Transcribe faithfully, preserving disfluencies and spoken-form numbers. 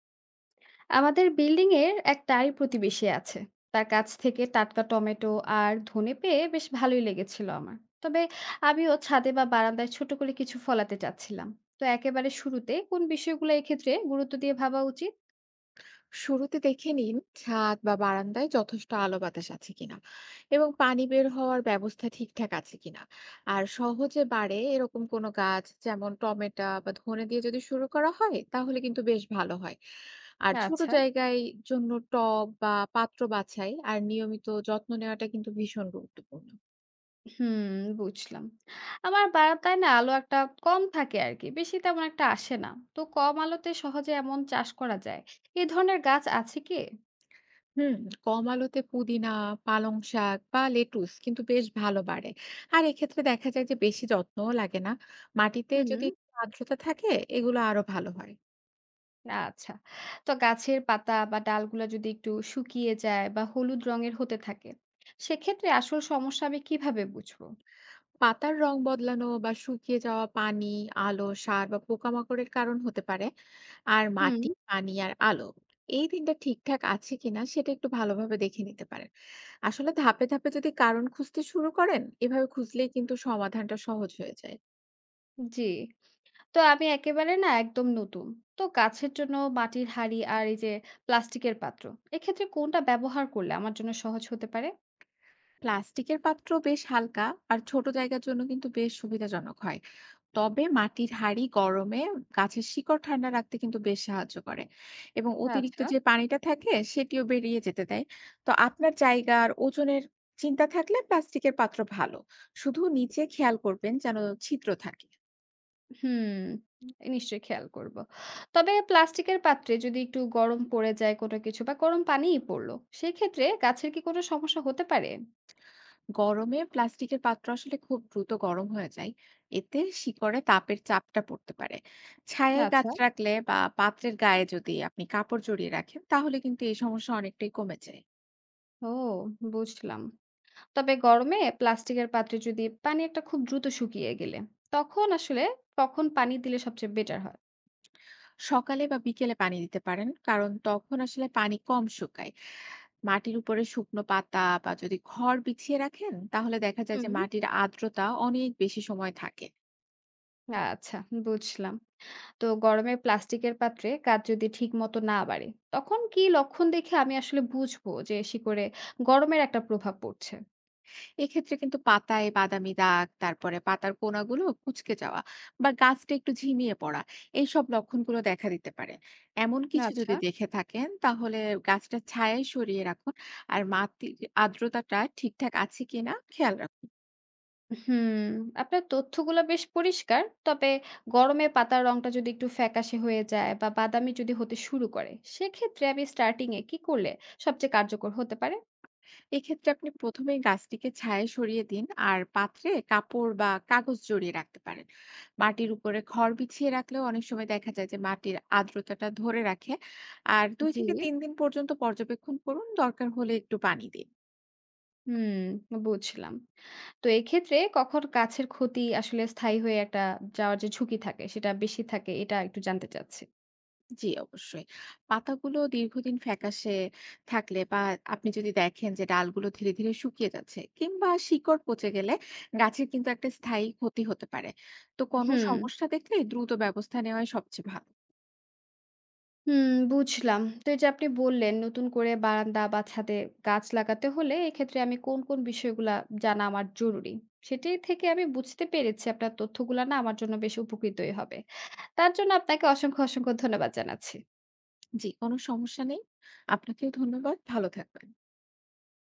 আমাদের বিল্ডিং এর এক নারী প্রতিবেশী আছে, তার কাছ থেকে টাটকা টমেটো আর ধনে পেয়ে বেশ ভালোই লেগেছিল আমার। তবে আমিও ছাদে বা বারান্দায় ছোট করে কিছু ফলাতে চাচ্ছিলাম। তো একেবারে শুরুতে কোন বিষয়গুলো এক্ষেত্রে গুরুত্ব দিয়ে ভাবা উচিত? শুরুতে দেখে নিন ছাদ বা বারান্দায় যথেষ্ট আলো বাতাস আছে কিনা এবং পানি বের হওয়ার ব্যবস্থা ঠিকঠাক আছে কিনা। আর সহজে বাড়ে এরকম কোনো গাছ যেমন টমেটো বা ধনে দিয়ে যদি শুরু করা হয় তাহলে কিন্তু বেশ ভালো হয়। আর ছোট আচ্ছা। জায়গায় জন্য টব বা পাত্র বাছাই আর নিয়মিত যত্ন নেওয়াটা কিন্তু ভীষণ গুরুত্বপূর্ণ। হুম, বুঝলাম। আমার বারান্দায় না আলো একটা কম থাকে আর কি, বেশি তেমন একটা আসে না। তো কম আলোতে সহজে এমন চাষ করা যায় এ ধরনের গাছ আছে কি? হুম, কম আলোতে পুদিনা, পালং শাক বা লেটুস কিন্তু বেশ ভালো বাড়ে। আর এক্ষেত্রে দেখা যায় যে বেশি যত্নও লাগে না। মাটিতে হুম। যদি একটু আর্দ্রতা থাকে এগুলো আরো ভালো হয়। আচ্ছা। তো গাছের পাতা বা ডালগুলা যদি একটু শুকিয়ে যায় বা হলুদ রঙের হতে থাকে, সেক্ষেত্রে আসল সমস্যা আমি কিভাবে বুঝবো? পাতার রং বদলানো বা শুকিয়ে যাওয়া পানি, আলো, সার বা পোকামাকড়ের কারণ হতে পারে। আর হুম। মাটি, পানি আর আলো, এই তিনটা ঠিকঠাক আছে কিনা সেটা একটু ভালোভাবে দেখে নিতে পারেন। আসলে ধাপে ধাপে যদি কারণ খুঁজতে শুরু করেন, এভাবে খুঁজলেই কিন্তু সমাধানটা সহজ হয়ে যায়। জি। তো আমি একেবারে না, একদম নতুন। তো গাছের জন্য মাটির হাঁড়ি আর এই যে প্লাস্টিকের পাত্র, এক্ষেত্রে কোনটা ব্যবহার করলে আমার জন্য সহজ হতে পারে? প্লাস্টিকের পাত্র বেশ হালকা আর ছোট জায়গার জন্য কিন্তু বেশ সুবিধাজনক হয়। তবে মাটির হাঁড়ি গরমে গাছের শিকড় ঠান্ডা রাখতে কিন্তু বেশ সাহায্য করে এবং অতিরিক্ত আচ্ছা। যে পানিটা থাকে সেটিও বেরিয়ে যেতে দেয়। তো আপনার জায়গার ওজনের চিন্তা থাকলে প্লাস্টিকের পাত্র ভালো। শুধু নিচে খেয়াল করবেন যেন ছিদ্র থাকে। হুম, নিশ্চয়ই খেয়াল করব। তবে প্লাস্টিকের পাত্রে যদি একটু গরম পড়ে যায় কোনো কিছু বা গরম পানিই পড়লো, সেক্ষেত্রে গাছের কি কোনো সমস্যা হতে পারে? গরমে প্লাস্টিকের পাত্র আসলে খুব দ্রুত গরম হয়ে যায়, এতে শিকড়ে তাপের চাপটা পড়তে পারে। ছায়ায় গাছ আচ্ছা। রাখলে বা পাত্রের গায়ে যদি আপনি কাপড় জড়িয়ে রাখেন তাহলে কিন্তু এই সমস্যা অনেকটাই কমে যায়। ও, বুঝলাম। তবে গরমে প্লাস্টিকের পাত্রে যদি পানি একটা খুব দ্রুত শুকিয়ে গেলে, তখন আসলে কখন পানি দিলে সবচেয়ে বেটার হয়? সকালে বা বিকেলে পানি দিতে পারেন, কারণ তখন আসলে পানি কম শুকায়। মাটির উপরে শুকনো পাতা বা যদি খড় বিছিয়ে রাখেন তাহলে দেখা যায় যে হুম। মাটির আর্দ্রতা অনেক বেশি সময় থাকে। আচ্ছা, বুঝলাম। তো গরমে প্লাস্টিকের পাত্রে কাজ যদি ঠিক মতো না বাড়ে, তখন কি লক্ষণ দেখে আমি আসলে বুঝবো যে শিকড়ে গরমের একটা প্রভাব পড়ছে? এক্ষেত্রে কিন্তু পাতায় বাদামি দাগ, তারপরে পাতার কোনাগুলো কুঁচকে যাওয়া বা গাছটা একটু ঝিমিয়ে পড়া, এইসব লক্ষণগুলো দেখা দিতে পারে। এমন কিছু যদি আচ্ছা। দেখে থাকেন তাহলে গাছটা ছায়ায় সরিয়ে রাখুন আর মাটির আর্দ্রতাটা ঠিকঠাক আছে কিনা খেয়াল রাখুন। হুম, আপনার তথ্যগুলো বেশ পরিষ্কার। তবে গরমে পাতার রংটা যদি একটু ফ্যাকাশে হয়ে যায় বা বাদামি যদি হতে শুরু করে, সেক্ষেত্রে আমি স্টার্টিং এ কি করলে সবচেয়ে কার্যকর হতে পারে? এক্ষেত্রে আপনি প্রথমেই গাছটিকে ছায়ায় সরিয়ে দিন আর পাত্রে কাপড় বা কাগজ জড়িয়ে রাখতে পারেন। মাটির উপরে খড় বিছিয়ে রাখলেও অনেক সময় দেখা যায় যে মাটির আর্দ্রতাটা ধরে রাখে। আর দুই জি, থেকে তিন দিন পর্যন্ত পর্যবেক্ষণ করুন, দরকার হলে একটু পানি দিন। হুম, বুঝলাম। তো এক্ষেত্রে কখন গাছের ক্ষতি আসলে স্থায়ী হয়ে একটা যাওয়ার যে ঝুঁকি থাকে, সেটা বেশি থাকে, এটা একটু জানতে চাচ্ছি। জি, অবশ্যই। পাতাগুলো দীর্ঘদিন ফ্যাকাশে থাকলে বা আপনি যদি দেখেন যে ডালগুলো ধীরে ধীরে শুকিয়ে যাচ্ছে কিংবা শিকড় পচে গেলে গাছের কিন্তু একটা স্থায়ী ক্ষতি হতে পারে। তো কোনো হুম। সমস্যা দেখলে দ্রুত ব্যবস্থা নেওয়াই সবচেয়ে ভালো। হুম, বুঝলাম। তো এই যে আপনি বললেন নতুন করে বারান্দা বা ছাদে গাছ লাগাতে হলে এক্ষেত্রে আমি কোন কোন বিষয়গুলা জানা আমার জরুরি, সেটির থেকে আমি বুঝতে পেরেছি আপনার তথ্যগুলা না আমার জন্য বেশ উপকৃতই হবে। তার জন্য আপনাকে অসংখ্য অসংখ্য ধন্যবাদ জানাচ্ছি। জি, কোনো সমস্যা নেই। আপনাকেও ধন্যবাদ। ভালো থাকবেন।